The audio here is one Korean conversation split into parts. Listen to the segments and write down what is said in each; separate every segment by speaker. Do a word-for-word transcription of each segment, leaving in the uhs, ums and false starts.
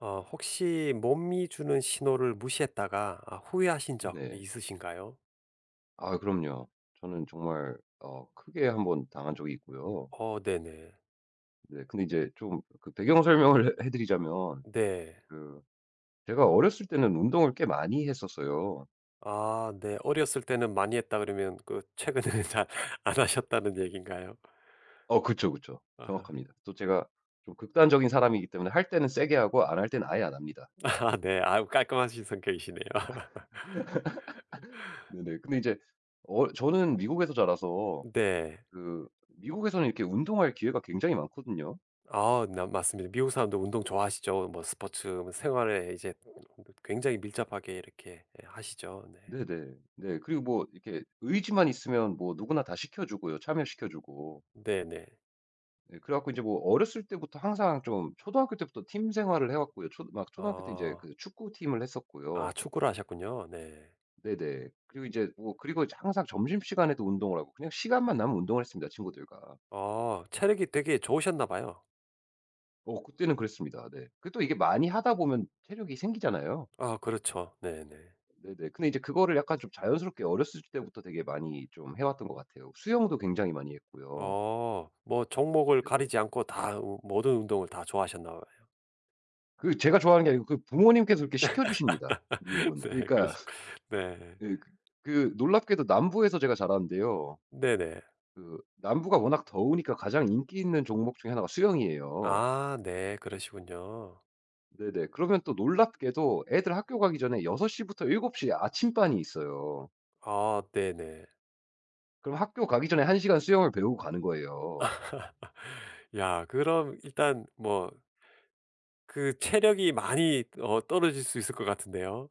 Speaker 1: 어, 혹시 몸이 주는 신호를 무시했다가 아, 후회하신 적
Speaker 2: 네네.
Speaker 1: 있으신가요?
Speaker 2: 아 그럼요. 저는 정말 어 크게 한번 당한 적이 있고요.
Speaker 1: 어, 네네.
Speaker 2: 네, 근데 이제 좀 그 배경 설명을 해 드리자면
Speaker 1: 네.
Speaker 2: 그 제가 어렸을 때는 운동을 꽤 많이 했었어요.
Speaker 1: 아, 네. 어렸을 때는 많이 했다 그러면 그 최근에는 잘 안 하셨다는 얘기인가요?
Speaker 2: 어 그쵸, 그쵸.
Speaker 1: 아,
Speaker 2: 정확합니다. 또 제가 좀 극단적인 사람이기 때문에 할 때는 세게 하고 안 할 때는 아예 안 합니다.
Speaker 1: 아, 네. 아 깔끔하신 성격이시네요.
Speaker 2: 네네. 근데 이제 어 저는 미국에서 자라서
Speaker 1: 네.
Speaker 2: 그 미국에서는 이렇게 운동할 기회가 굉장히 많거든요.
Speaker 1: 아, 나- 맞습니다. 미국 사람들 운동 좋아하시죠? 뭐 스포츠 뭐 생활에 이제 굉장히 밀접하게 이렇게 예, 하시죠. 네.
Speaker 2: 네네. 네. 그리고 뭐 이렇게 의지만 있으면 뭐 누구나 다 시켜 주고요. 참여시켜 주고.
Speaker 1: 네네.
Speaker 2: 네, 그래 갖고 이제 뭐 어렸을 때부터 항상 좀 초등학교 때부터 팀 생활을 해 왔고요. 초 막 초등학교 때 이제
Speaker 1: 어,
Speaker 2: 그 축구팀을 했었고요.
Speaker 1: 아, 축구를 하셨군요. 네.
Speaker 2: 네네. 그리고 이제 뭐 그리고 이제 항상 점심시간에도 운동을 하고 그냥 시간만 나면 운동을 했습니다, 친구들과.
Speaker 1: 아 체력이 되게 좋으셨나 봐요.
Speaker 2: 어 그때는 그랬습니다. 네. 그 또 이게 많이 하다 보면 체력이 생기잖아요.
Speaker 1: 아 그렇죠. 네네.
Speaker 2: 네네. 근데 이제 그거를 약간 좀 자연스럽게 어렸을 때부터 되게 많이 좀 해 왔던 것 같아요. 수영도 굉장히 많이 했고요.
Speaker 1: 어 뭐 종목을
Speaker 2: 네네.
Speaker 1: 가리지 않고 다 우 모든 운동을 다 좋아하셨나 봐요.
Speaker 2: 그 제가 좋아하는 게 아니고 그 부모님께서 이렇게 시켜 주십니다, 미국은.
Speaker 1: 네
Speaker 2: 그러니까
Speaker 1: 그러시 네.
Speaker 2: 예. 그 그 놀랍게도 남부에서 제가 자랐는데요.
Speaker 1: 네네.
Speaker 2: 그 남부가 워낙 더우니까 가장 인기 있는 종목 중에 하나가 수영이에요.
Speaker 1: 아 네 그러시군요.
Speaker 2: 네네. 그러면 또 놀랍게도 애들 학교 가기 전에 여섯 시부터 일곱 시에 아침반이 있어요.
Speaker 1: 아 네네.
Speaker 2: 그럼 학교 가기 전에 한 시간 수영을 배우고 가는 거예요.
Speaker 1: 야 그럼 일단 뭐 그 체력이 많이 어 떨어질 수 있을 것 같은데요.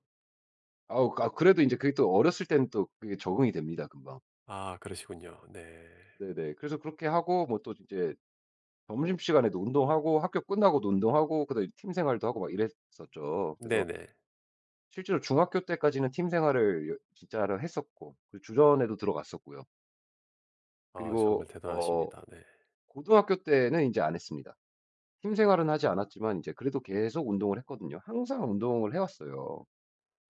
Speaker 2: 아우, 아 그래도 이제 그게 또 어렸을 때는 또 그게 적응이 됩니다, 금방.
Speaker 1: 아 그러시군요. 네.
Speaker 2: 네네. 그래서 그렇게 하고 뭐 또 이제 점심시간에도 운동하고 학교 끝나고도 운동하고 그다음에 팀 생활도 하고 막 이랬었죠. 그래서
Speaker 1: 네네.
Speaker 2: 실제로 중학교 때까지는 팀 생활을 여 진짜로 했었고 그 주전에도 들어갔었고요.
Speaker 1: 아 정말
Speaker 2: 그리고 어
Speaker 1: 대단하십니다. 네.
Speaker 2: 고등학교 때는 인제 안 했습니다. 팀 생활은 하지 않았지만 인제 그래도 계속 운동을 했거든요. 항상 운동을 해 왔어요.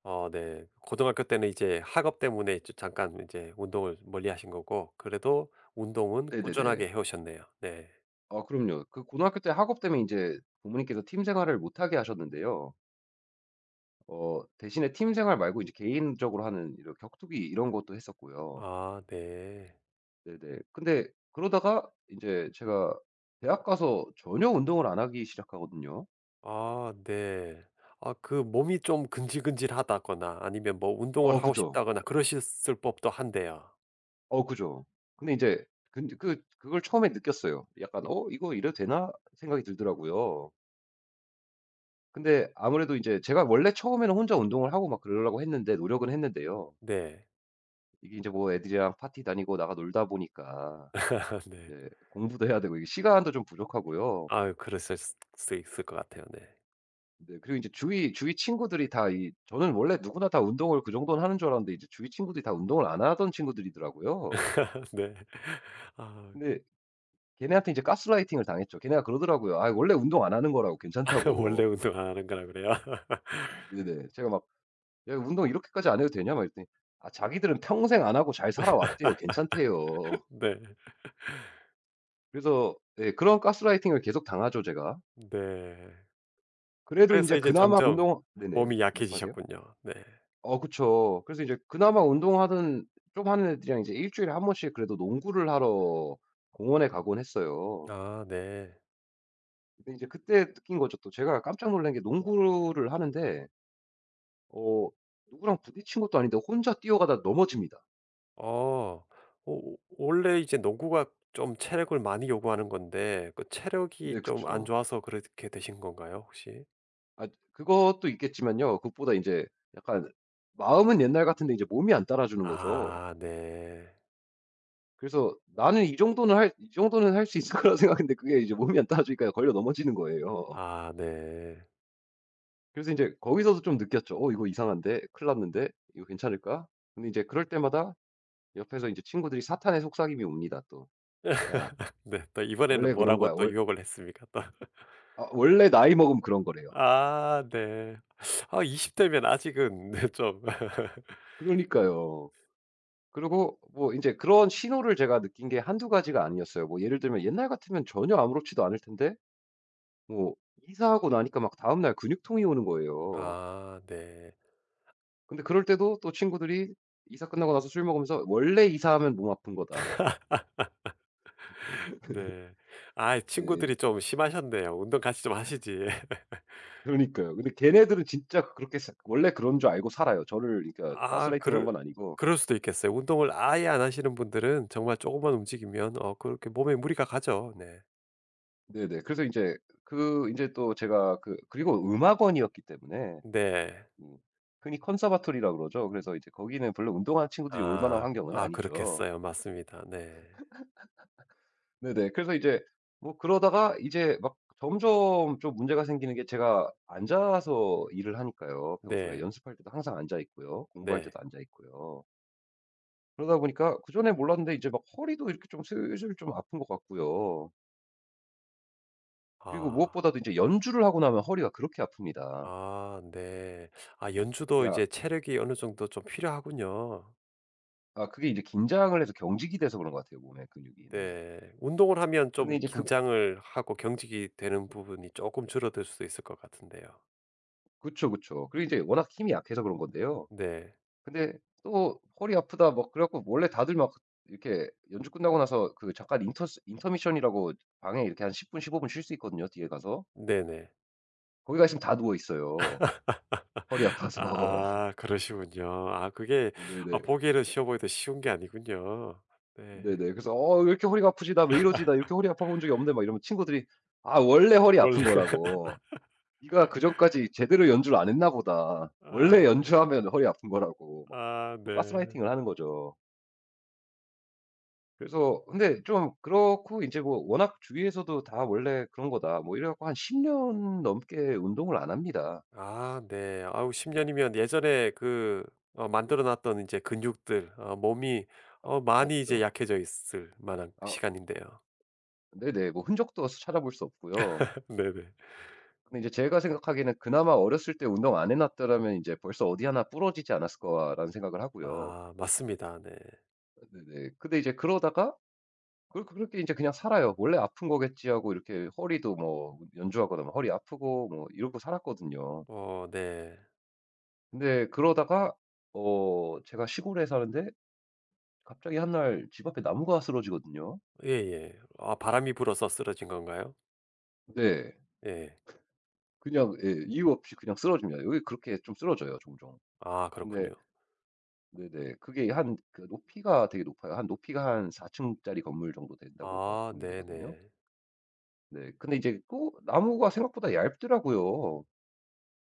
Speaker 1: 어 네. 고등학교 때는 이제 학업 때문에 이제 잠깐 이제 운동을 멀리하신 거고 그래도 운동은
Speaker 2: 네네네.
Speaker 1: 꾸준하게 해 오셨네요. 네.
Speaker 2: 아 그럼요. 그 고등학교 때 학업 때문에 인제 부모님께서 팀 생활을 못하게 하셨는데요. 어 대신에 팀 생활 말고 이제 개인적으로 하는 이런 격투기 이런 것도 했었고요.
Speaker 1: 아 네.
Speaker 2: 네네. 근데 그러다가 인제 제가 대학 가서 전혀 운동을 안 하기 시작하거든요.
Speaker 1: 아 네. 아 그 몸이 좀 근질근질하다거나 아니면 뭐 운동을
Speaker 2: 어
Speaker 1: 하고
Speaker 2: 그죠.
Speaker 1: 싶다거나 그러셨을 법도 한데요.
Speaker 2: 어 그죠. 근데 이제 근데 그 그걸 처음에 느꼈어요. 약간 '어 이거 이래도 되나?' 생각이 들더라고요. 근데 아무래도 이제 제가 원래 처음에는 혼자 운동을 하고 막 그러려고 했는데 노력은 했는데요.
Speaker 1: 네.
Speaker 2: 이게 이제 뭐 애들이랑 파티 다니고 나가 놀다 보니까
Speaker 1: 네.
Speaker 2: 이제 공부도 해야 되고 이게 시간도 좀 부족하고요.
Speaker 1: 아 그랬을 수 있을 것 같아요. 네.
Speaker 2: 네, 그리고 이제 주위 주위 친구들이 다 이 저는 원래 누구나 다 운동을 그 정도는 하는 줄 알았는데 이제 주위 친구들이 다 운동을 안 하던 친구들이더라고요.
Speaker 1: 네. 아
Speaker 2: 근데 걔네한테 이제 가스라이팅을 당했죠. 걔네가 그러더라고요. "아 원래 운동 안 하는 거라고
Speaker 1: 원래
Speaker 2: 괜찮다."고.
Speaker 1: 운동 안 하는 거라 그래요?
Speaker 2: 네네. 제가 막 "야 운동 이렇게까지 안 해도 되냐?" 막 이랬더니 "아 자기들은 평생 안 하고 잘 살아왔대요. 괜찮대요."
Speaker 1: 네.
Speaker 2: 그래서 예 그런 가스라이팅을 계속 당하죠 제가.
Speaker 1: 네.
Speaker 2: 그래도 이
Speaker 1: 그래서
Speaker 2: 제
Speaker 1: 이제
Speaker 2: 그나마
Speaker 1: 점점
Speaker 2: 운동 네네.
Speaker 1: 몸이
Speaker 2: 말씀하세요.
Speaker 1: 약해지셨군요. 네.
Speaker 2: 어 그쵸. 그래서 이제 그나마 운동하는 좀 하는 애들이랑 이제 일 주일에 한 번씩 그래도 농구를 하러 공원에 가곤 했어요.
Speaker 1: 아 네.
Speaker 2: 근데 이제 그때 느낀 거죠 또. 제가 깜짝 놀란 게 농구를 하는데 어 누구랑 부딪힌 것도 아닌데 혼자 뛰어가다 넘어집니다.
Speaker 1: 어. 오 원래 이제 농구가 좀 체력을 많이 요구하는 건데 그 체력이
Speaker 2: 네
Speaker 1: 좀 안
Speaker 2: 그쵸.
Speaker 1: 좋아서 그렇게 되신 건가요 혹시?
Speaker 2: 아 그것도 있겠지만요. 그것보다 인제 약간 마음은 옛날 같은데 이제 몸이 안 따라주는 거죠.
Speaker 1: 아 네.
Speaker 2: 그래서 '나는 이 정도는 할 이 정도는 할 수 있을 거라.' 생각했는데 그게 이제 몸이 안 따라주니까 걸려 넘어지는 거예요.
Speaker 1: 아 네.
Speaker 2: 그래서 인제 거기서도 좀 느꼈죠. '어 이거 이상한데? 큰일 났는데? 이거 괜찮을까?' 근데 이제 그럴 때마다 옆에서 이제 친구들이 사탄의 속삭임이 옵니다 또. "야
Speaker 1: 네. 또 이번에는
Speaker 2: 원래 그런
Speaker 1: 뭐라고
Speaker 2: 거야.
Speaker 1: 또
Speaker 2: 원
Speaker 1: 유혹을 했습니까 또?
Speaker 2: 아 원래 나이 먹으면 그런 거래요."
Speaker 1: 아 네. 아 이십 대면 아직은 좀
Speaker 2: 그러니까요. 그리고 뭐 인제 그런 신호를 제가 느낀 게 한두 가지가 아니었어요. 뭐 예를 들면 옛날 같으면 전혀 아무렇지도 않을 텐데 뭐 이사하고 나니까 막 다음날 근육통이 오는 거예요.
Speaker 1: 아 네.
Speaker 2: 근데 그럴 때도 또 친구들이 이사 끝나고 나서 술 먹으면서 "원래 이사하면 몸 아픈 거다."
Speaker 1: 네. 아 친구들이
Speaker 2: 예예.
Speaker 1: 좀 심하셨네요. 운동 같이 좀 하시지.
Speaker 2: 그러니까요. 근데 걔네들은 진짜 그렇게 생 원래 그런 줄 알고 살아요. 저를 그러니까
Speaker 1: 아
Speaker 2: 가스라이팅한 건
Speaker 1: 그럴
Speaker 2: 아니고.
Speaker 1: 그럴 수도 있겠어요. 운동을 아예 안 하시는 분들은 정말 조금만 움직이면 어 그렇게 몸에 무리가 가죠. 네.
Speaker 2: 네네. 그래서 인제 그 인제 또 제가 그 그리고 음악원이었기 때문에
Speaker 1: 네.
Speaker 2: 음. 흔히 컨서바토리라고 그러죠. 그래서 이제 거기는 별로 운동하는 친구들이 올 만한
Speaker 1: 아.
Speaker 2: 환경은
Speaker 1: 아
Speaker 2: 아니죠.
Speaker 1: 그렇겠어요. 맞습니다. 네.
Speaker 2: 네네. 그래서 이제 뭐 그러다가 이제 막 점점 좀 문제가 생기는 게 제가 앉아서 일을 하니까요. 평소에
Speaker 1: 네.
Speaker 2: 연습할 때도 항상 앉아 있고요. 공부할
Speaker 1: 네.
Speaker 2: 때도 앉아 있고요. 그러다 보니까 그전에 몰랐는데 이제 막 허리도 이렇게 좀 슬슬 좀 아픈 것 같고요. 그리고
Speaker 1: 아.
Speaker 2: 무엇보다도 이제 연주를 하고 나면 허리가 그렇게 아픕니다.
Speaker 1: 아 네. 아 연주도
Speaker 2: 야
Speaker 1: 이제 체력이 어느 정도 좀 필요하군요.
Speaker 2: 아 그게 이제 긴장을 해서 경직이 돼서 그런 것 같아요 몸의 근육이. 네네.
Speaker 1: 네. 운동을 하면
Speaker 2: 근데
Speaker 1: 좀
Speaker 2: 이제 그
Speaker 1: 긴장을 하고 경직이 되는 부분이 조금 줄어들 수도 있을 것 같은데요.
Speaker 2: 그쵸, 그쵸. 그리고 이제 워낙 힘이 약해서 그런 건데요.
Speaker 1: 네.
Speaker 2: 근데 또 "허리 아프다." 막 그래 갖고 원래 다들 막 이렇게 연주 끝나고 나서 그 잠깐 인터 인터미션이라고 방에 이렇게 한 십 분 십오 분 쉴 수 있거든요, 뒤에 가서.
Speaker 1: 네네.
Speaker 2: 거기 가 있으면 다 누워 있어요, 허리 아파서.
Speaker 1: 아 그러시군요. 아 그게 아
Speaker 2: 네네.
Speaker 1: 보기에는 쉬워 보이도 쉬운 게 아니군요.
Speaker 2: 네네.
Speaker 1: 네.
Speaker 2: 그래서 "어 왜 이렇게 허리가 아프지? 나 왜 이러지? 나 이렇게 허리 아파 본 적이 없는데." 막 이러면 친구들이 "아 원래 허리
Speaker 1: 원래
Speaker 2: 아픈 거라고. 네가 그전까지 제대로 연주를 안 했나 보다. 원래
Speaker 1: 아
Speaker 2: 연주하면 허리 아픈 거라고." 막
Speaker 1: 아
Speaker 2: 또
Speaker 1: 네.
Speaker 2: 가스라이팅을 하는 거죠. 그래서 근데 좀 그렇고 이제 뭐 워낙 주위에서도 "다 원래 그런 거다." 뭐 이래 갖고 한 십 년 넘게 운동을 안 합니다.
Speaker 1: 아 네. 아우 십 년이면 예전에 그 어 만들어 놨던 이제 근육들 어 몸이 어 많이 이제
Speaker 2: 없죠.
Speaker 1: 약해져 있을 만한
Speaker 2: 아 뭐
Speaker 1: 시간인데요.
Speaker 2: 네네. 뭐 흔적도 찾아볼 수 없고요.
Speaker 1: 네네.
Speaker 2: 근데 이제 제가 생각하기에는 그나마 어렸을 때 운동 안 해 놨더라면 이제 벌써 '어디 하나 부러지지 않았을 거라는 생각을 하고요.
Speaker 1: 아 맞습니다. 네.
Speaker 2: 네네. 근데 이제 그러다가 그렇게 그렇게 이제 그냥 살아요. '원래 아픈 거겠지.' 하고 이렇게 허리도 뭐 연주하거나 뭐 허리 아프고 뭐 이러고 살았거든요.
Speaker 1: 어 네.
Speaker 2: 근데 그러다가 어 제가 시골에 사는데 갑자기 한 날 집 앞에 나무가 쓰러지거든요.
Speaker 1: 예예. 아 바람이 불어서 쓰러진 건가요?
Speaker 2: 네.
Speaker 1: 예.
Speaker 2: 그냥 예 이유 없이 그냥 쓰러집니다. 여기 그렇게 좀 쓰러져요 종종.
Speaker 1: 아
Speaker 2: 근데
Speaker 1: 그렇군요.
Speaker 2: 네네. 그게 한 그 높이가 되게 높아요. 한 높이가 한 사 층짜리 건물 정도 된다고 봐
Speaker 1: 아
Speaker 2: 보면 되거든요.
Speaker 1: 네네.
Speaker 2: 네. 근데 이제 또 나무가 생각보다 얇더라고요.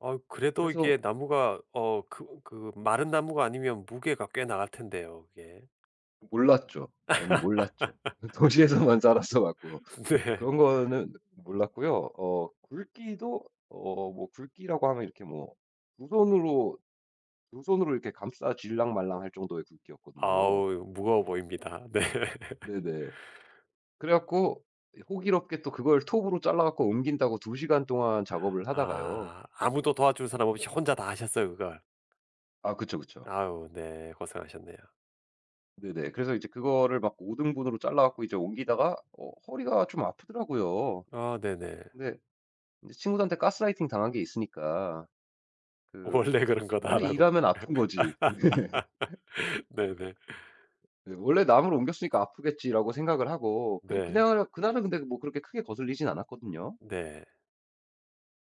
Speaker 1: 어 그래도 이게
Speaker 2: 그래서
Speaker 1: 나무가 어 그 그 마른 나무가 아니면 무게가 꽤 나갈 텐데요 그게.
Speaker 2: 몰랐죠. 저는 몰랐죠. 도시에서만 살았어 갖고
Speaker 1: 네.
Speaker 2: 그런 거는 몰랐고요. 어 굵기도 어 뭐 굵기라고 하면 이렇게 뭐 두 손으로 두 손으로 이렇게 감싸질랑 말랑 할 정도의 굵기였거든요.
Speaker 1: 아우 무거워 보입니다. 네.
Speaker 2: 네네. 그래 갖고 호기롭게 또 그걸 톱으로 잘라 갖고 옮긴다고 두 시간 동안 작업을 하다가요.
Speaker 1: 아 아무도 도와줄 사람 없이 혼자 다 하셨어요 그걸.
Speaker 2: 아 그쵸, 그쵸.
Speaker 1: 아우 네 고생하셨네요.
Speaker 2: 네네. 그래서 이제 그거를 막 오 등분으로 잘라 갖고 이제 옮기다가 어 허리가 좀 아프더라고요.
Speaker 1: 아 네네.
Speaker 2: 근데 이제 친구들한테 가스라이팅 당한 게 있으니까 그
Speaker 1: '원래 그런
Speaker 2: 원래
Speaker 1: 거다.'라고.
Speaker 2: 일하면 아픈 거지.
Speaker 1: 네네.
Speaker 2: 네. '원래 남을 옮겼으니까 아프겠지.'라고 생각을 하고 그냥
Speaker 1: 네.
Speaker 2: 그날 그날은 근데 뭐 그렇게 크게 거슬리진 않았거든요.
Speaker 1: 네.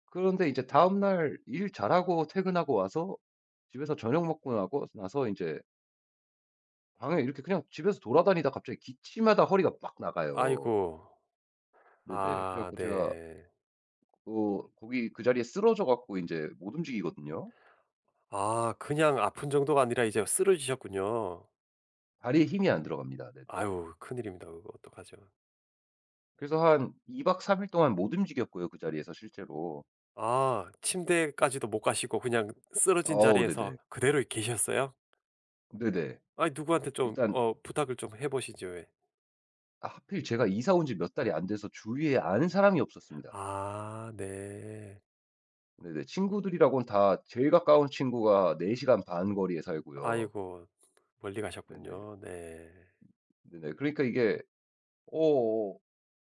Speaker 2: 그런데 이제 다음날 일 잘하고 퇴근하고 와서 집에서 저녁 먹고 나고 나서 이제 방에 이렇게 그냥 집에서 돌아다니다 갑자기 기침하다 허리가 빡 나가요.
Speaker 1: 아이고.
Speaker 2: 네네. 그래
Speaker 1: 아
Speaker 2: 갖고 제가
Speaker 1: 네.
Speaker 2: 그 거기 그 자리에 쓰러져 갖고 이제 못 움직이거든요.
Speaker 1: 아 그냥 아픈 정도가 아니라 이제 쓰러지셨군요.
Speaker 2: 다리에 힘이 안 들어갑니다. 네네.
Speaker 1: 아유 큰일입니다. 그거 어떡하죠.
Speaker 2: 그래서 한 이 박 삼 일 동안 못 움직였고요, 그 자리에서 실제로.
Speaker 1: 아 침대까지도 못 가시고 그냥 쓰러진
Speaker 2: 아우
Speaker 1: 자리에서
Speaker 2: 네네.
Speaker 1: 그대로 계셨어요?
Speaker 2: 네네.
Speaker 1: 아 누구한테 좀
Speaker 2: 일단
Speaker 1: 어 부탁을 좀 해보시죠 왜.
Speaker 2: 하필 제가 이사 온 지 몇 달이 안 돼서 주위에 아는 사람이 없었습니다.
Speaker 1: 아 네.
Speaker 2: 네네. 친구들이라고는 다 제일 가까운 친구가 네 시간 반 거리에 살고요.
Speaker 1: 아이고 멀리
Speaker 2: 네네.
Speaker 1: 가셨군요. 네.
Speaker 2: 네네. 그러니까 이게 어어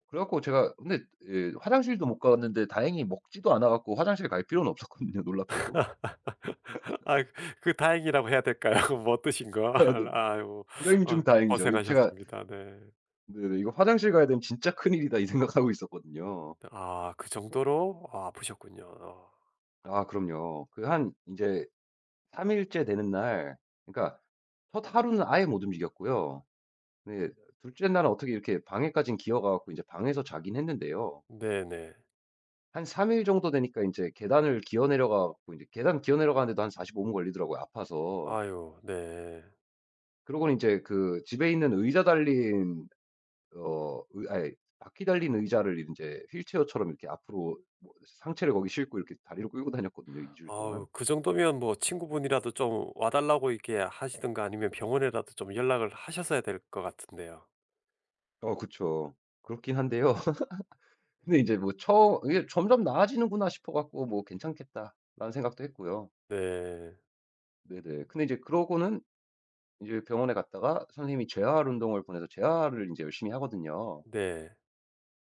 Speaker 2: 그래 갖고 제가 근데 예 화장실도 못 갔는데 다행히 먹지도 않아 갖고 화장실 갈 필요는 없었거든요 놀랍게도.
Speaker 1: 아 그 다행이라고 해야 될까요? 뭐 어떠신가?
Speaker 2: 네. 네.
Speaker 1: 아유
Speaker 2: 불행 중
Speaker 1: 아
Speaker 2: 다행이죠. 이 제가
Speaker 1: 고생하셨습니다. 네.
Speaker 2: 네네 '이거 화장실 가야 되면 진짜 큰일이다.' 이 생각하고 있었거든요.
Speaker 1: 아 그 정도로 아 아프셨군요. 어
Speaker 2: 아 그럼요. 그 한 인제 삼 일째 되는 날 그러니까 첫 하루는 아예 못 움직였고요. 네. 둘째 날은 어떻게 이렇게 방에까진 기어가 갖고 인제 방에서 자긴 했는데요.
Speaker 1: 네네.
Speaker 2: 한 삼 일 정도 되니까 인제 계단을 기어 내려가 갖고 인제 계단 기어 내려가는데도 한 사십오 분 걸리더라고요, 아파서.
Speaker 1: 아유 네.
Speaker 2: 그러고는 인제 그 집에 있는 의자 달린 어 의 아이 바퀴 달린 의자를 인제 휠체어처럼 이렇게 앞으로 뭐 상체를 거기 싣고 이렇게 다리로 끌고 다녔거든요, 이 주일
Speaker 1: 아우
Speaker 2: 동안.
Speaker 1: 그 정도면 뭐 친구분이라도 좀 와 달라고 이렇게 하시든가 아니면 병원에라도 좀 연락을 하셨어야 될 것 같은데요.
Speaker 2: 어 그쵸. 그렇긴 한데요. 근데 이제 뭐 처 이게 '점점 나아지는구나.' 싶어 갖고 뭐 '괜찮겠다.'라는 생각도 했고요.
Speaker 1: 네.
Speaker 2: 네네. 근데 이제 그러고는 이제 병원에 갔다가 선생님이 재활 운동을 보내서 재활을 인제 열심히 하거든요.
Speaker 1: 네.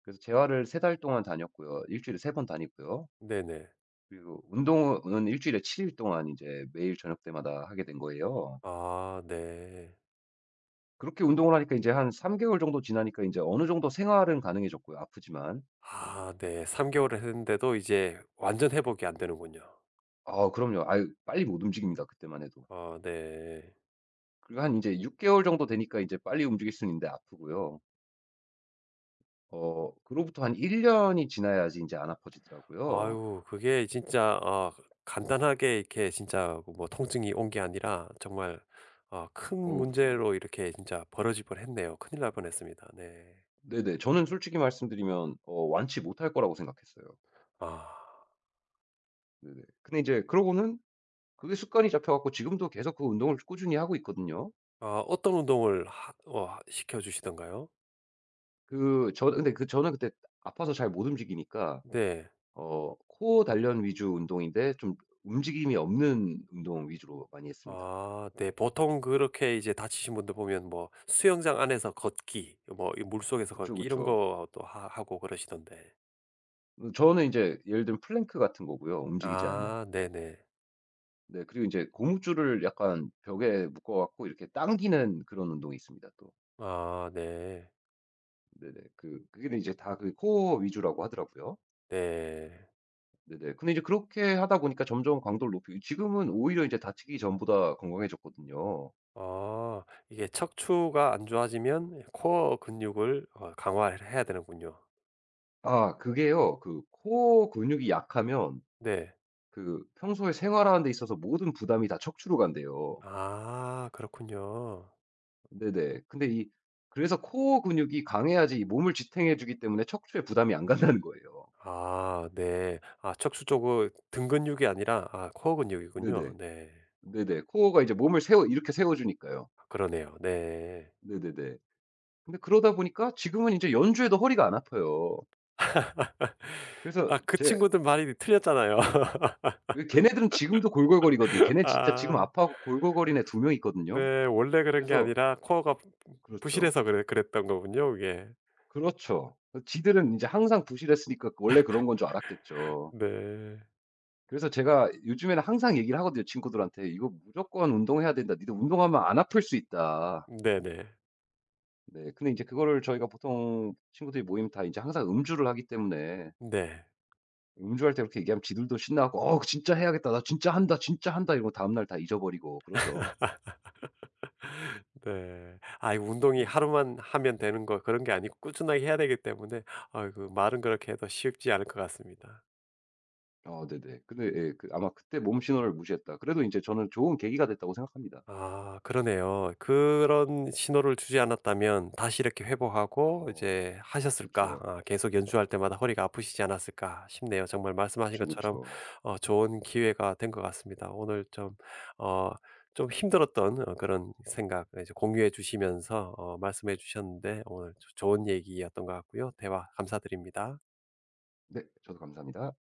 Speaker 2: 그래서 재활을 삼 달 동안 다녔고요. 일 주일에 세 번 다니고요.
Speaker 1: 네네.
Speaker 2: 그리고 운동은 일 주일에 칠 일 동안 이제 매일 저녁 때마다 하게 된 거예요.
Speaker 1: 아 네.
Speaker 2: 그렇게 운동을 하니까 이제한 삼 개월 정도 지나니까 이제 어느 정도 생활은 가능해졌고요, 아프지만.
Speaker 1: 아 네. 삼 개월을 했는데도 이제 완전 회복이 안 되는군요.
Speaker 2: 아 그럼요. 아유 빨리 못 움직입니다, 그때만 해도.
Speaker 1: 어 네.
Speaker 2: 그리고 한 이제육 개월 정도 되니까 이제 빨리 움직일 수는 있는데 아프고요. 어 그로부터 한 일 년이 지나야지 이제 안 아파지더라고요.
Speaker 1: 아유 그게 진짜 어 간단하게 이렇게 진짜 뭐 통증이 온 게 아니라 정말 어 큰
Speaker 2: 어 그죠.
Speaker 1: 문제로 이렇게 진짜 벌어질 뻔했네요. 큰일 날 뻔했습니다. 네.
Speaker 2: 네네. 저는 솔직히 말씀드리면 어 완치 못할 거라고 생각했어요.
Speaker 1: 아.
Speaker 2: 네네. 근데 이제 그러고는 그게 습관이 잡혀갖고 지금도 계속 그 운동을 꾸준히 하고 있거든요.
Speaker 1: 아 어떤 운동을 하 어 시켜 주시던가요?
Speaker 2: 그 저 근데 그 저는 그때 아파서 잘 못 움직이니까
Speaker 1: 네.
Speaker 2: 어 코어 단련 위주 운동인데 좀 움직임이 없는 운동 위주로 많이 했습니다.
Speaker 1: 아 네. 보통 그렇게 이제 다치신 분들 보면 뭐 수영장 안에서 걷기 뭐 이 물속에서
Speaker 2: 그쵸,
Speaker 1: 걷기 이런
Speaker 2: 그쵸.
Speaker 1: 것도 하 하고 그러시던데.
Speaker 2: 어 저는 이제 예를 들면 플랭크 같은 거고요, 움직이지 않는.
Speaker 1: 아 네네.
Speaker 2: 네, 그리고 이제 고무줄을 약간 벽에 묶어 갖고 이렇게 당기는 그런 운동이 있습니다 또.
Speaker 1: 아 네.
Speaker 2: 네네. 그 그게 이제 다 그 코어 위주라고 하더라고요.
Speaker 1: 네.
Speaker 2: 네네. 근데 이제 그렇게 하다 보니까 점점 강도를 높이고 지금은 오히려 이제 다치기 전보다 건강해졌거든요.
Speaker 1: 아 이게 척추가 안 좋아지면 코어 근육을 어 강화를 해야 되는군요.
Speaker 2: 아 그게요. 그 코어 근육이 약하면
Speaker 1: 네.
Speaker 2: 그 평소에 생활하는 데 있어서 모든 부담이 다 척추로 간대요.
Speaker 1: 아 그렇군요.
Speaker 2: 네네. 근데 이 그래서 코어 근육이 강해야지 이 몸을 지탱해 주기 때문에 척추에 부담이 안 간다는 거예요.
Speaker 1: 아 네. 아 척추 쪽은 등 근육이 아니라 아 코어 근육이군요.
Speaker 2: 네네.
Speaker 1: 네.
Speaker 2: 네네. 코어가 이제 몸을 세워 이렇게 세워 주니까요.
Speaker 1: 그러네요. 네.
Speaker 2: 네네네. 근데 그러다 보니까 지금은 이제 연주해도 허리가 안 아파요. 그래서
Speaker 1: 아 그
Speaker 2: 제
Speaker 1: 친구들 말이 틀렸잖아요.
Speaker 2: 그 걔네들은 지금도 골골거리거든요. 걔네 진짜 지금
Speaker 1: 아
Speaker 2: 아파하고 골골거리는 애 두 명 있거든요.
Speaker 1: 네. 원래 그런 게
Speaker 2: 그래서
Speaker 1: 아니라 코어가 부
Speaker 2: 그렇죠.
Speaker 1: 부실해서 그래 그랬던 거군요 그게.
Speaker 2: 그렇죠. 어 지들은 인제 항상 부실했으니까 그 원래 그런 건줄 알았겠죠.
Speaker 1: 네.
Speaker 2: 그래서 제가 요즘에는 항상 얘기를 하거든요, 친구들한테. "이거 무조건 운동해야 된다. 니들 운동하면 안 아플 수 있다."
Speaker 1: 네네.
Speaker 2: 네. 근데 인제 그거를 저희가 보통 친구들이 모이면 다 인제 항상 음주를 하기 때문에
Speaker 1: 네.
Speaker 2: 음주할 때 그렇게 얘기하면 지들도 신나갖고 "어 진짜 해야겠다. 나 진짜 한다. 진짜 한다." 이러고 다음날 다 잊어버리고 그러죠.
Speaker 1: 네. 아 이 운동이
Speaker 2: 네네.
Speaker 1: 하루만 하면 되는 거 그런 게 아니고 꾸준하게 해야 되기 때문에 아이고 말은 그렇게 해도 쉽지 않을 것 같습니다.
Speaker 2: 어 네네. 근데 예 그 아마 그때 몸 신호를 무시했다. 그래도 이제 저는 좋은 계기가 됐다고 생각합니다.
Speaker 1: 아 그러네요. 그런 신호를 주지 않았다면 다시 이렇게 회복하고
Speaker 2: 어.
Speaker 1: 이제 하셨을까?
Speaker 2: 그쵸.
Speaker 1: 아 계속 연주할 때마다 허리가 아프시지 않았을까 싶네요. 정말 말씀하신
Speaker 2: 그쵸,
Speaker 1: 것처럼
Speaker 2: 그쵸.
Speaker 1: 어 좋은 기회가 된 것 같습니다. 오늘 좀 어 좀 힘들었던 어 그런 생각 이제 공유해 주시면서 어 말씀해 주셨는데 오늘 좋은 얘기였던 것 같고요. 대화 감사드립니다.
Speaker 2: 네. 저도 감사합니다.